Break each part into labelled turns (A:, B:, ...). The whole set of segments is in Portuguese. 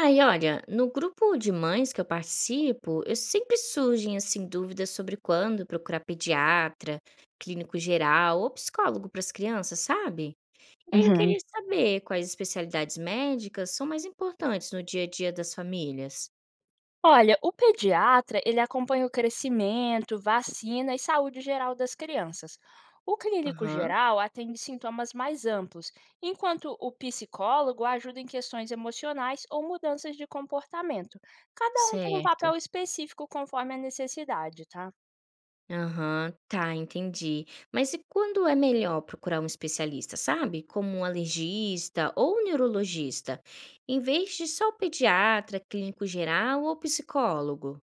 A: Aí, olha, no grupo de mães que eu participo, eu sempre surgem assim dúvidas sobre quando procurar pediatra, clínico geral ou psicólogo para as crianças, sabe? Aí eu
B: Uhum.
A: queria saber quais especialidades médicas são mais importantes no dia a dia das famílias.
B: Olha, o pediatra, ele acompanha o crescimento, vacina e saúde geral das crianças. O clínico
A: Aham,
B: geral atende sintomas mais amplos, enquanto o psicólogo ajuda em questões emocionais ou mudanças de comportamento. Cada um tem um
A: certo.
B: papel específico conforme a necessidade, tá?
A: Aham, tá, entendi. Mas e quando é melhor procurar um especialista, sabe? Como um alergista ou um neurologista, em vez de só o pediatra, clínico geral ou psicólogo?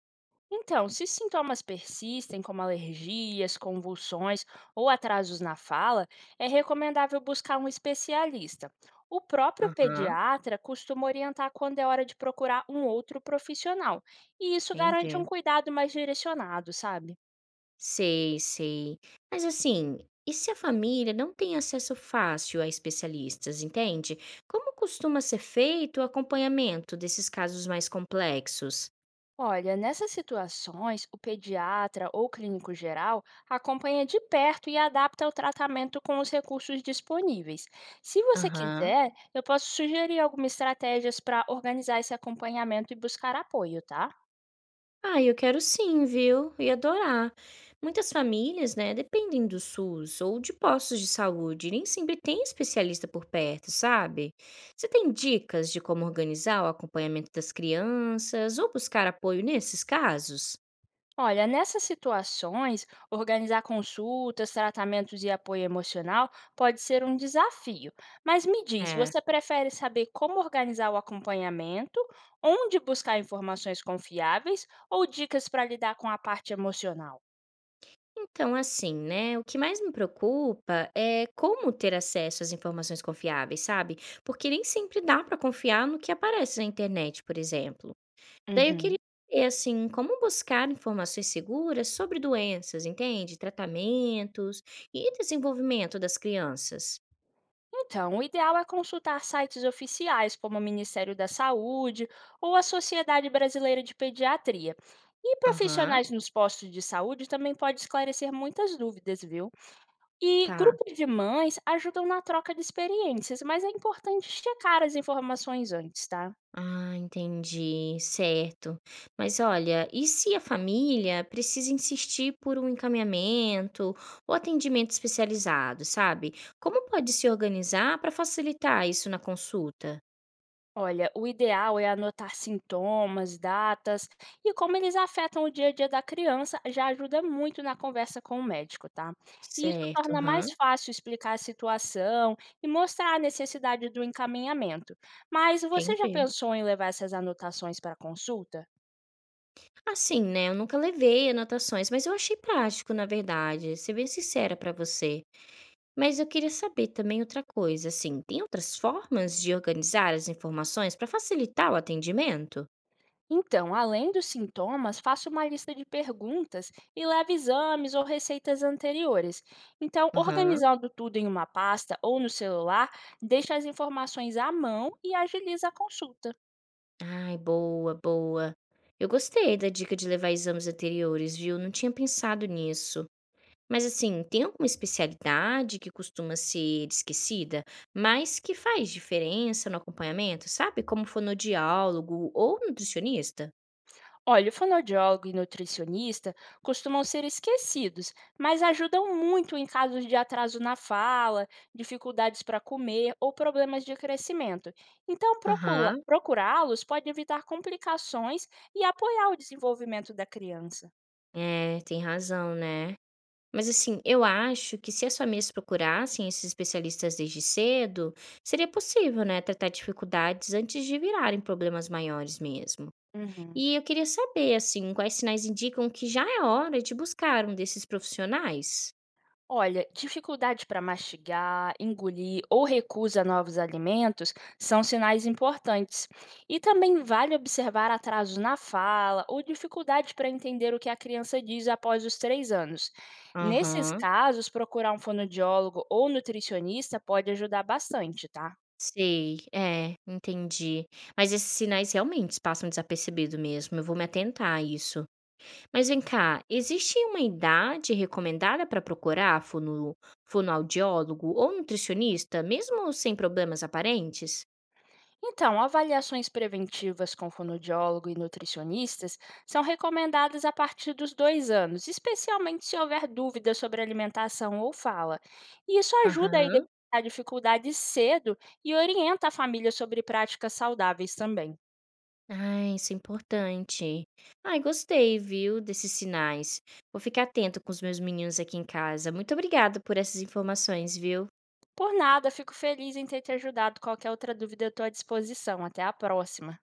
B: Então, se sintomas persistem, como alergias, convulsões ou atrasos na fala, é recomendável buscar um especialista. O próprio
A: Aham,
B: pediatra costuma orientar quando é hora de procurar um outro profissional, e isso garante
A: entendi.
B: um cuidado mais direcionado, sabe?
A: Sei, sei. Mas assim, e se a família não tem acesso fácil a especialistas, entende? Como costuma ser feito o acompanhamento desses casos mais complexos?
B: Olha, nessas situações, o pediatra ou clínico geral acompanha de perto e adapta o tratamento com os recursos disponíveis. Se você
A: Aham.
B: quiser, eu posso sugerir algumas estratégias para organizar esse acompanhamento e buscar apoio, tá?
A: Ah, eu quero sim, viu? Ia adorar. Muitas famílias, né, dependem do SUS ou de postos de saúde, e nem sempre tem especialista por perto, sabe? Você tem dicas de como organizar o acompanhamento das crianças ou buscar apoio nesses casos?
B: Olha, nessas situações, organizar consultas, tratamentos e apoio emocional pode ser um desafio. Mas me diz,
A: É.
B: você prefere saber como organizar o acompanhamento, onde buscar informações confiáveis ou dicas para lidar com a parte emocional?
A: Então, assim, né? O que mais me preocupa é como ter acesso às informações confiáveis, sabe? Porque nem sempre dá para confiar no que aparece na internet, por exemplo. Daí eu queria
B: Uhum.
A: saber, assim, como buscar informações seguras sobre doenças, entende? Tratamentos e desenvolvimento das crianças.
B: Então, o ideal é consultar sites oficiais como o Ministério da Saúde ou a Sociedade Brasileira de Pediatria. E
A: Aham,
B: profissionais nos postos de saúde também pode esclarecer muitas dúvidas, viu? E
A: tá.
B: grupos de mães ajudam na troca de experiências, mas é importante checar as informações antes, tá?
A: Ah, entendi, certo. Mas olha, e se a família precisa insistir por um encaminhamento ou atendimento especializado, sabe? Como pode se organizar para facilitar isso na consulta?
B: Olha, o ideal é anotar sintomas, datas e como eles afetam o dia a dia da criança, já ajuda muito na conversa com o médico, tá? E isso
A: Certo,
B: torna
A: aham,
B: mais fácil explicar a situação e mostrar a necessidade do encaminhamento. Mas você já
A: entendi.
B: pensou em levar essas anotações para consulta?
A: Assim, né, eu nunca levei anotações, mas eu achei prático, na verdade, ser bem sincera pra você. Mas eu queria saber também outra coisa, assim, tem outras formas de organizar as informações para facilitar o atendimento?
B: Então, além dos sintomas, faça uma lista de perguntas e leve exames ou receitas anteriores. Então,
A: Aham.
B: organizando tudo em uma pasta ou no celular, deixa as informações à mão e agiliza a consulta.
A: Ai, boa, boa. Eu gostei da dica de levar exames anteriores, viu? Não tinha pensado nisso. Mas assim, tem alguma especialidade que costuma ser esquecida, mas que faz diferença no acompanhamento, sabe? Como fonoaudiólogo ou nutricionista?
B: Olha, o fonoaudiólogo e nutricionista costumam ser esquecidos, mas ajudam muito em casos de atraso na fala, dificuldades para comer ou problemas de crescimento. Então,
A: Aham.
B: procurá-los pode evitar complicações e apoiar o desenvolvimento da criança.
A: É, tem razão, né. Mas assim, eu acho que se as famílias procurassem esses especialistas desde cedo, seria possível, né, tratar dificuldades antes de virarem problemas maiores mesmo.
B: Uhum.
A: E eu queria saber, assim, quais sinais indicam que já é hora de buscar um desses profissionais?
B: Olha, dificuldade para mastigar, engolir ou recusa a novos alimentos são sinais importantes. E também vale observar atrasos na fala ou dificuldade para entender o que a criança diz após os 3 anos. Nesses
A: Aham.
B: casos, procurar um fonoaudiólogo ou nutricionista pode ajudar bastante, tá?
A: Sei. É, entendi. Mas esses sinais realmente passam desapercebido mesmo, eu vou me atentar a isso. Mas vem cá, existe uma idade recomendada para procurar fonoaudiólogo ou nutricionista, mesmo sem problemas aparentes?
B: Então, avaliações preventivas com fonoaudiólogo e nutricionistas são recomendadas a partir dos 2 anos, especialmente se houver dúvidas sobre alimentação ou fala. E isso ajuda a
A: Aham.
B: identificar dificuldades cedo e orienta a família sobre práticas saudáveis também.
A: Ah, isso é importante. Ai, gostei, viu, desses sinais. Vou ficar atento com os meus meninos aqui em casa. Muito obrigada por essas informações, viu?
B: Por nada, fico feliz em ter te ajudado. Qualquer outra dúvida, eu estou à disposição. Até a próxima.